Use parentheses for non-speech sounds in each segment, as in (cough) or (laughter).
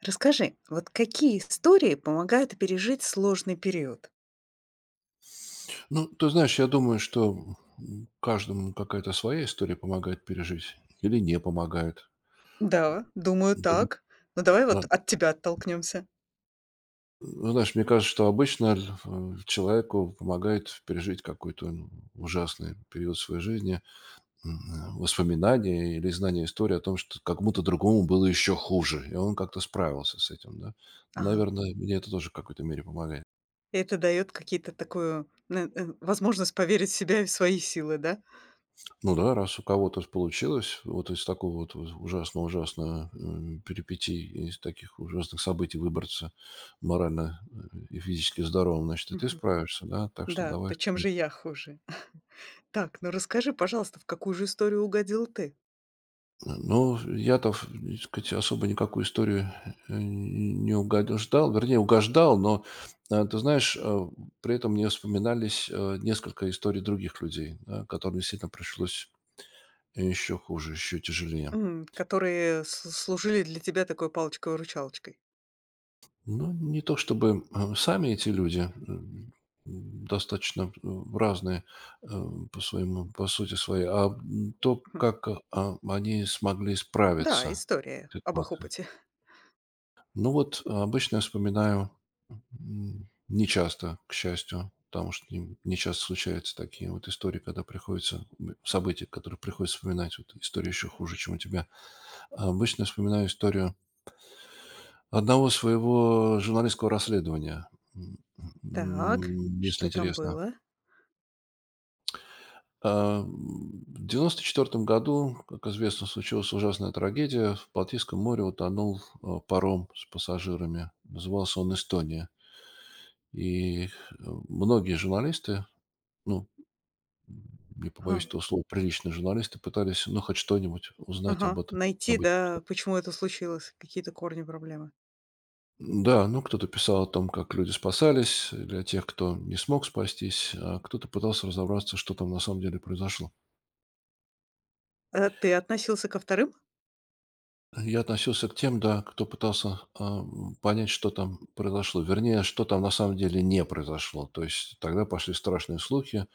Расскажи, вот какие истории помогают пережить сложный период? Ну, ты знаешь, я думаю, что каждому какая-то своя история помогает пережить или не помогает. Да, думаю, Дали- так. Ну давай да. вот от тебя оттолкнемся. Ну, знаешь, мне кажется, что обычно человеку помогает пережить какой-то ужасный период своей жизни, воспоминания или знание истории о том, что кому-то другому было еще хуже, и он как-то справился с этим, да. Ага. Наверное, мне это тоже в какой-то мере помогает. Это дает какие-то такую возможность поверить в себя и в свои силы, да? Ну да, раз у кого-то получилось вот из такого вот ужасно-ужасно перипетий, из таких ужасных событий выбраться морально и физически здоровым, значит, и ты Мгм. справишься, да, так что Да, давай, то чем вперед. же я хуже? (laughs) Так, ну расскажи, пожалуйста, в какую же историю угодил ты, Ну, я-то, так сказать, особо никакую историю не угождал, вернее, угождал, но, ты знаешь, при этом мне вспоминались несколько историй других людей, да, которым действительно пришлось еще хуже, еще тяжелее. Которые служили для тебя такой палочкой-выручалочкой? Ну, не то чтобы сами эти люди м, достаточно разные э, по своему, по сути своей, а то, Мгм. как они смогли Да, справиться история с об их ситуацией. опыте. Ну вот обычно я вспоминаю не часто, к счастью, потому что не часто случаются такие вот истории, когда приходится события, которые приходится вспоминать, вот история еще хуже, чем у тебя. А обычно вспоминаю историю одного своего журналистского расследования, м, Так, если что там интересно. было? В 1994 году, как известно, случилась ужасная трагедия. В Балтийском море утонул паром с пассажирами. Назывался он «Эстония». И многие журналисты, ну, не побоюсь этого слова, приличные журналисты пытались, ну, хоть что-нибудь узнать об Ага, этом, найти, об этих. да, почему это случилось, какие-то корни проблемы. Да, ну кто-то писал о том, как люди спасались, для тех, кто не смог спастись, а кто-то пытался разобраться, что там на самом деле произошло. Ты относился ко вторым, Я относился к тем, да, кто пытался понять, что там произошло. Вернее, что там на самом деле не произошло. То есть тогда пошли страшные слухи,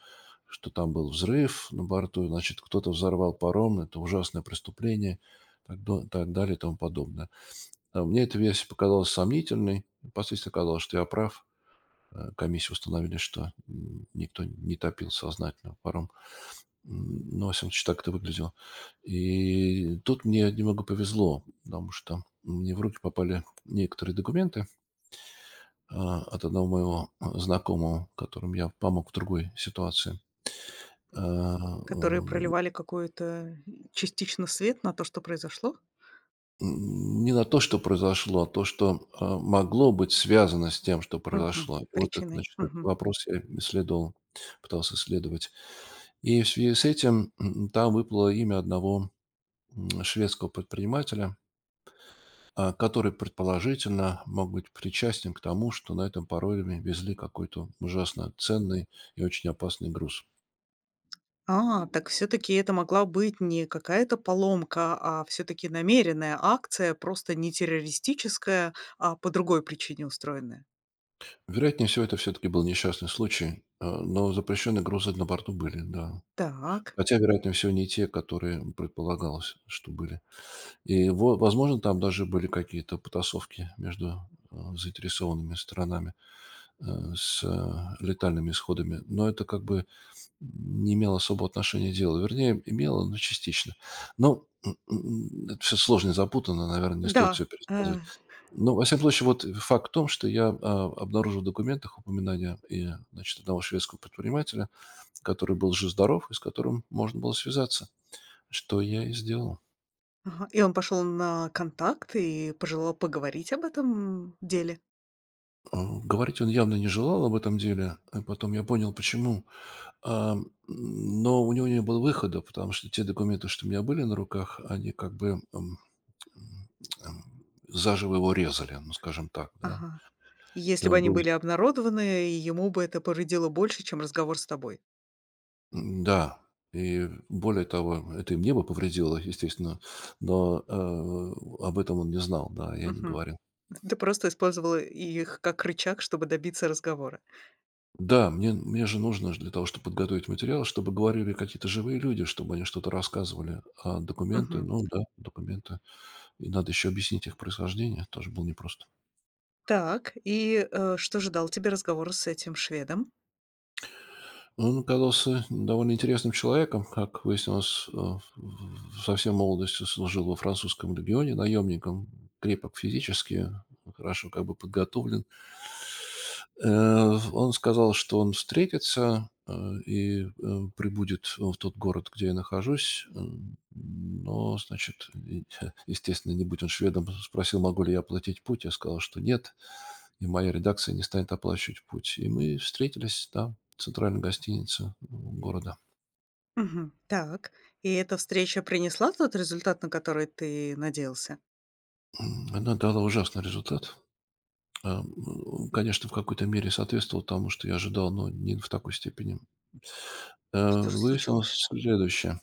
что там был взрыв на борту, значит, кто-то взорвал паром, это ужасное преступление, так далее и тому подобное. А мне эта версия показалась сомнительной. Впоследствии оказалось, что я прав. Комиссии установили, что никто не топил сознательно паром. Ну, во всяком случае, так это выглядело. И тут мне немного повезло, потому что мне в руки попали некоторые документы от одного моего знакомого, которым я помог в другой ситуации. А, которые м, проливали какой-то частично свет на то, что произошло? Не на то, что произошло, а то, что могло быть связано с тем, что Мгм. произошло. И вот этот, Причиной. значит, этот Мгм. вопрос я исследовал, пытался исследовать. И в связи с этим там выплыло имя одного шведского предпринимателя, который предположительно мог быть причастен к тому, что на этом пароме везли какой-то ужасно ценный и очень опасный груз. А, так все таки это могла быть не какая-то поломка, а все таки намеренная акция, просто не террористическая, а по другой причине устроенная. Вероятнее всего, это все-таки был несчастный случай, но запрещенные грузы на борту были, да. Так. Хотя, вероятнее всего, не те, которые предполагалось, что были. И, возможно, там даже были какие-то потасовки между заинтересованными сторонами. э, летальными исходами, но это как бы не имело особого отношения к делу. Вернее, имело, но частично. Но это все сложно и запутанно, наверное, не стоит все Да. Пересказывать. Но, во всяком случае, вот факт в том, что я обнаружил в документах упоминания и, значит, одного шведского предпринимателя, который был жив-здоров и с которым можно было связаться, что я и сделал. Ага. И он пошел на контакт и пожелал поговорить об этом деле? Э, Говорить он явно не желал об этом деле, а потом я понял, почему. Но у него не было выхода, потому что те документы, что у меня были на руках, они как бы, м, ам, заживо его резали, ну, скажем так, да. Ага. И И если бы он они был были обнародованы, и ему бы это повредило больше, чем разговор с тобой. м-да, и более того, это и мне бы повредило, естественно, но, об этом он не знал, да, я не Мгм. говорил. Ты просто использовала их как рычаг, чтобы добиться разговора. Да, мне же нужно ж для того, чтобы подготовить материал, чтобы говорили какие-то живые люди, чтобы они что-то рассказывали. А документы Мгм. ну да, документы. И надо еще объяснить их происхождение, тоже было непросто. Так, что же дал тебе разговор с этим шведом? Он оказался довольно интересным человеком. Как выяснилось, со всей молодости служил во французском легионе наемником. Крепок физически, хорошо как бы подготовлен. Он сказал, что он встретится и прибудет в тот город, где я нахожусь. Но, значит, (laughs) естественно, не будь он шведом, спросил, могу ли я оплатить путь. Я сказал, что нет и моя редакция не станет оплачивать путь. И мы встретились там, в центральной гостинице ну, города. Мгм. Так, и эта встреча принесла тот результат, на который ты надеялся? Она дала ужасный результат. А, Конечно, в какой-то мере соответствовало тому, что я ожидал, но не в такой степени. Что же случилось? Выяснилось следующее.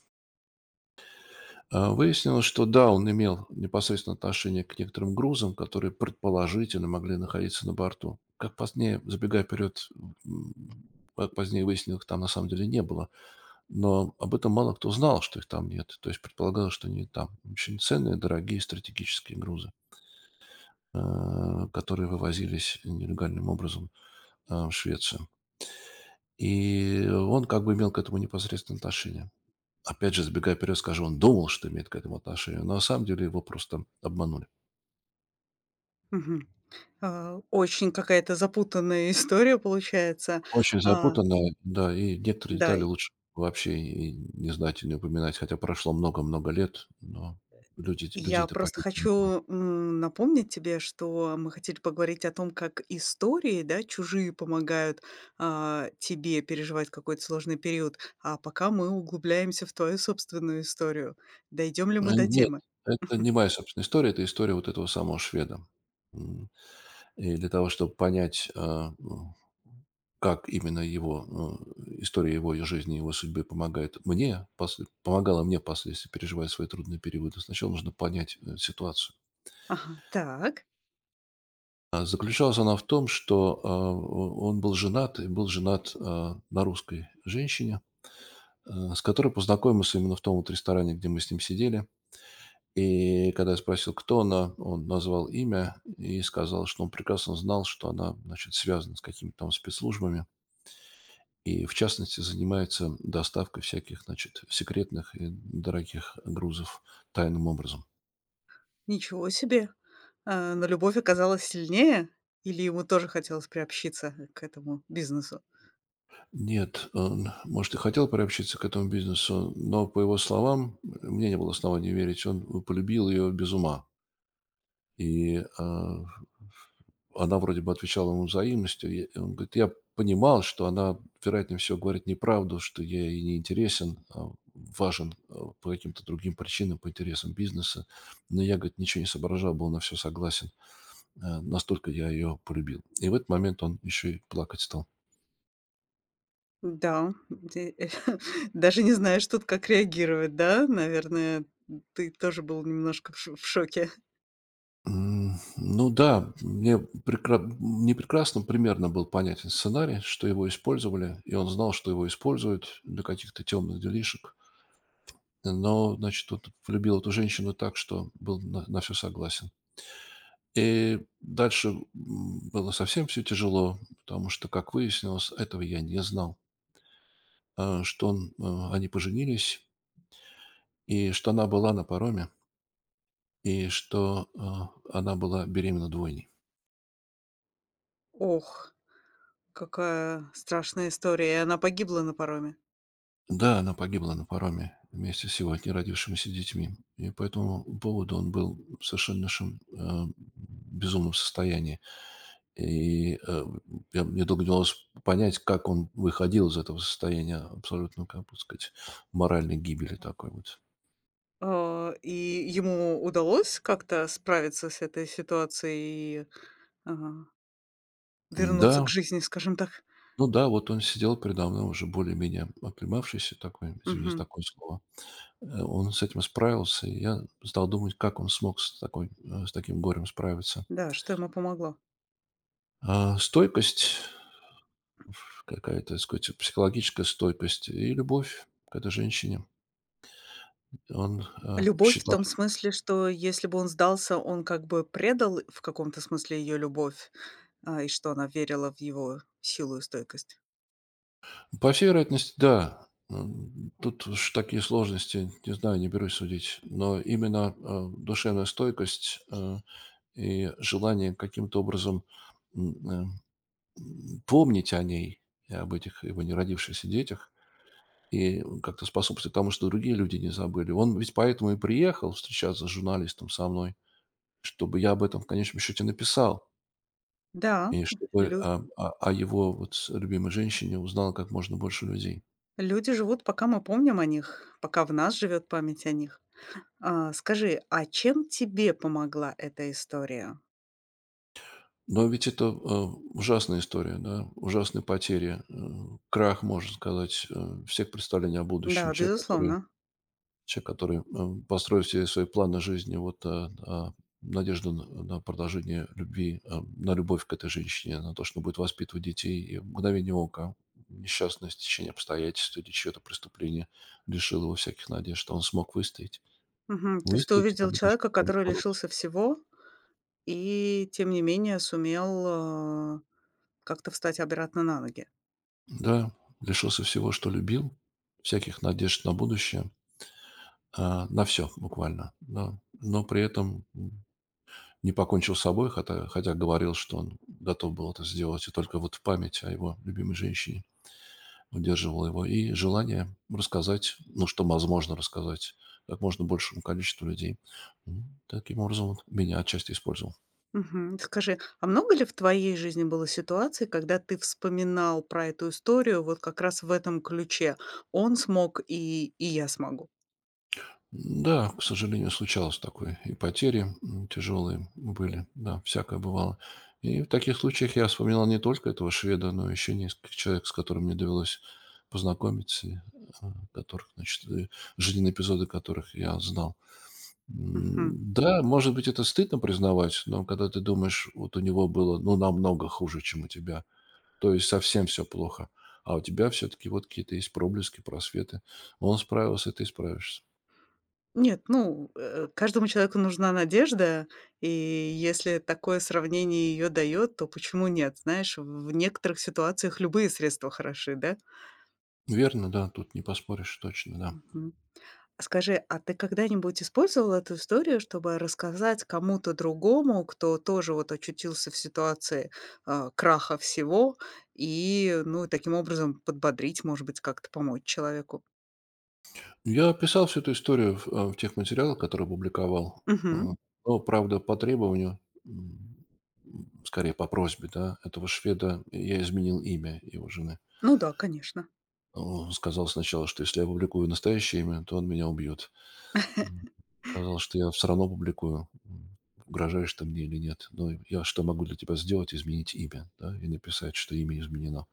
Выяснилось, что да, он имел непосредственное отношение к некоторым грузам, которые предположительно могли находиться на борту. Забегая вперед, как позднее выяснилось, там на самом деле не было. Но об этом мало кто знал, что их там нет. То есть предполагалось, что они там. Очень ценные, дорогие стратегические грузы, э, которые вывозились нелегальным образом в Швецию. И он как бы имел к этому непосредственное отношение. Опять же, сбегая вперед, скажу, он думал, что имеет к этому отношение, но на самом деле его просто обманули. Мгм. А, очень какая-то запутанная (laughs) история получается. Очень А, запутанно, да, и некоторые да. детали лучше вообще и не знать и не упоминать, хотя прошло много-много лет, но людей, Я людей-то просто погибло много. хочу, напомнить тебе, что мы хотели поговорить о том, как истории, да, чужие помогают, а, тебе переживать какой-то сложный период, а пока мы углубляемся в твою собственную историю. Дойдем ли мы до Нет, темы? это не моя собственная история, это история вот этого самого шведа. М, и для того, чтобы понять, как именно его, история его и жизни, его судьбы помогает мне, после помогала мне впоследствии переживать свои трудные периоды, сначала нужно понять, ситуацию. Ага, так. А заключалась она в том, что, а, о он был женат на русской женщине, с которой познакомился именно в том вот ресторане, где мы с ним сидели. И когда я спросил, кто она, он назвал имя и сказал, что он прекрасно знал, что она, значит, связана с какими-то там спецслужбами и, в частности, занимается доставкой всяких, значит, секретных и дорогих грузов тайным образом. Ничего себе! А, но любовь оказалась сильнее? Или ему тоже хотелось приобщиться к этому бизнесу? Нет, он, может, и хотел приобщиться к этому бизнесу, но, по его словам, мне не было оснований верить, он полюбил ее без ума. И, она вроде бы отвечала ему взаимностью. И он говорит: "Я понимал, что она, вероятнее всего, говорит неправду, что я ей не интересен, а важен, по каким-то другим причинам, по интересам бизнеса". Но я, говорит, ничего не соображал, был на все согласен. Настолько я ее полюбил. И в этот момент он еще и плакать стал. Да, де (laughs) даже не знаешь тут, как реагировать, да? Наверное, ты тоже был немножко в шоке. Ну да, мне прекра не прекрасно, примерно был понятен сценарий, что его использовали, и он знал, что его используют для каких-то темных делишек. Но, значит, вот влюбил эту женщину так, что был на все согласен. И дальше было совсем все тяжело, потому что, как выяснилось, этого я не знал, что они поженились, и что она была на пароме, и что она была беременна двойней. Ох, какая страшная история. И она погибла на пароме? Да, она погибла на пароме вместе с его от неродившимися детьми. И по этому поводу он был в совершеннейшем безумном состоянии. И мне долго не удалось понять, как он выходил из этого состояния абсолютно, как бы сказать, моральной гибели такой вот. А, и ему удалось как-то справиться с этой ситуацией и, а, Да, вернуться к жизни, скажем так? ну да, вот он сидел передо мной уже более-менее оклемавшийся такой, извини за Мгм. такое слово. Он с этим справился, и я стал думать, как он смог с таким горем справиться. Да, что ему помогло? Стойкость, какая-то, так сказать, психологическая стойкость и любовь к этой женщине. Он, а, Любовь в считал том смысле, что если бы он сдался, он как бы предал в каком-то смысле ее любовь, а, и что она верила в его силу и стойкость. По всей вероятности, да. Тут уж такие сложности, не знаю, не берусь судить. Но именно, душевная стойкость, и желание каким-то образом, м, э, помнить о ней и об этих его не родившихся детях, и как-то способствовать тому, что другие люди не забыли. Он ведь поэтому и приехал встречаться с журналистом со мной. Чтобы я об этом в конечном счете написал, Да, и чтобы лю а о о его вот с любимой женщине узнало как можно больше людей. люди живут, пока мы помним о них, пока в нас живет память о них. А, скажи, а чем тебе помогла эта история? Но ведь это, ужасная история, да, ужасные потери, крах, можно сказать, всех представлений о будущем. Да, безусловно. Человек, который, построил все свои планы жизни вот, а, надежду на продолжение любви, на любовь к этой женщине, на то, что он будет воспитывать детей, и в мгновение ока несчастное стечение обстоятельств или чье-то преступление лишило его всяких надежд, что он смог выстоять. Мгм. То есть ты Выстоять и как увидел бы лишь человека, попробовать который бороться. лишился всего и, тем не менее, сумел, а, как-то встать обратно на ноги. Да, лишился всего, что любил, всяких надежд на будущее, на все буквально, да, но при этом, не покончил с собой, хотя говорил, что он готов был это сделать, и только вот память о его любимой женщине удерживала его, и желание рассказать, ну, что возможно рассказать, как можно большему количеству людей. Таким образом, он меня отчасти использовал. Мгм. Скажи, а много ли в твоей жизни было ситуаций, когда ты вспоминал про эту историю вот как раз в этом ключе: "Он смог, и я смогу"? Да, к сожалению, случалось такое. И потери тяжелые были, да, всякое бывало. И в таких случаях я вспоминал не только этого шведа, но еще нескольких человек, с которыми мне довелось познакомиться, и, а, которых, значит, и жизненные эпизоды которых я знал. Мгм. Да, может быть, это стыдно признавать, но когда ты думаешь, вот у него было, ну, намного хуже, чем у тебя, то есть совсем все плохо, а у тебя все-таки вот какие-то есть проблески, просветы. Он справился, и ты справишься. Нет, ну, э, каждому человеку нужна надежда, и если такое сравнение ее дает, то почему нет? Знаешь, в некоторых ситуациях любые средства хороши, да? Верно, да, тут не поспоришь точно, да. Мгм. Скажи, а ты когда-нибудь использовал эту историю, чтобы рассказать кому-то другому, кто тоже вот очутился в ситуации, а, краха всего, и, ну, таким образом подбодрить, может быть, как-то помочь человеку? Я писал всю эту историю в тех материалах, которые публиковал. Мгм. М, но, правда, по требованию, скорее по просьбе, да, этого шведа я изменил имя его жены. Ну да, конечно. Он сказал сначала, что если я публикую настоящее имя, то он меня убьет. М, Сказал, что я все равно публикую, угрожаешь ты мне или нет. Но я что могу для тебя сделать? Изменить имя, да, и написать, что имя изменено.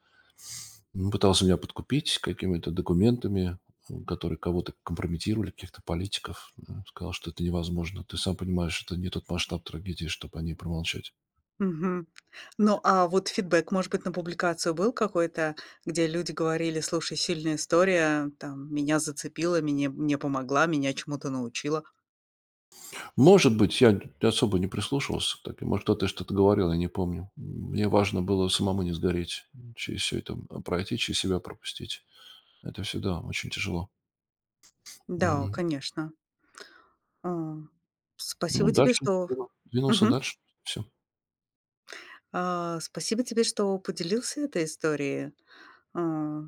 Ну, пытался меня подкупить какими-то документами, которые кого-то компрометировали, каких-то политиков. Сказал, что это невозможно. Ты сам понимаешь, это не тот масштаб трагедии, чтобы о ней промолчать. Мгм. Ну, а вот фидбэк, может быть, на публикацию был какой-то, где люди говорили: "Слушай, сильная история, там, меня зацепила, мне помогла, меня чему-то научила". Может быть, я особо не прислушивался к таким. Может, кто-то что-то говорил, я не помню. Мне важно было самому не сгореть, через все это пройти, через себя пропустить. Это всегда очень тяжело. Да, Мгм. конечно. А. Ну, Спасибо тебе, дальше. что Двинулся Мгм. дальше. Все. А, спасибо тебе, что поделился этой историей. А,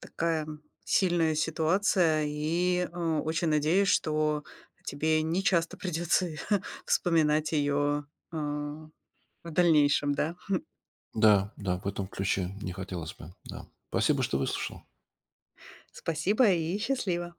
такая сильная ситуация, и, а, очень надеюсь, что тебе не часто придется (laughs) вспоминать ее в дальнейшем, да. Да, да, в этом ключе не хотелось бы. Да. Спасибо, что выслушал. Спасибо и счастливо.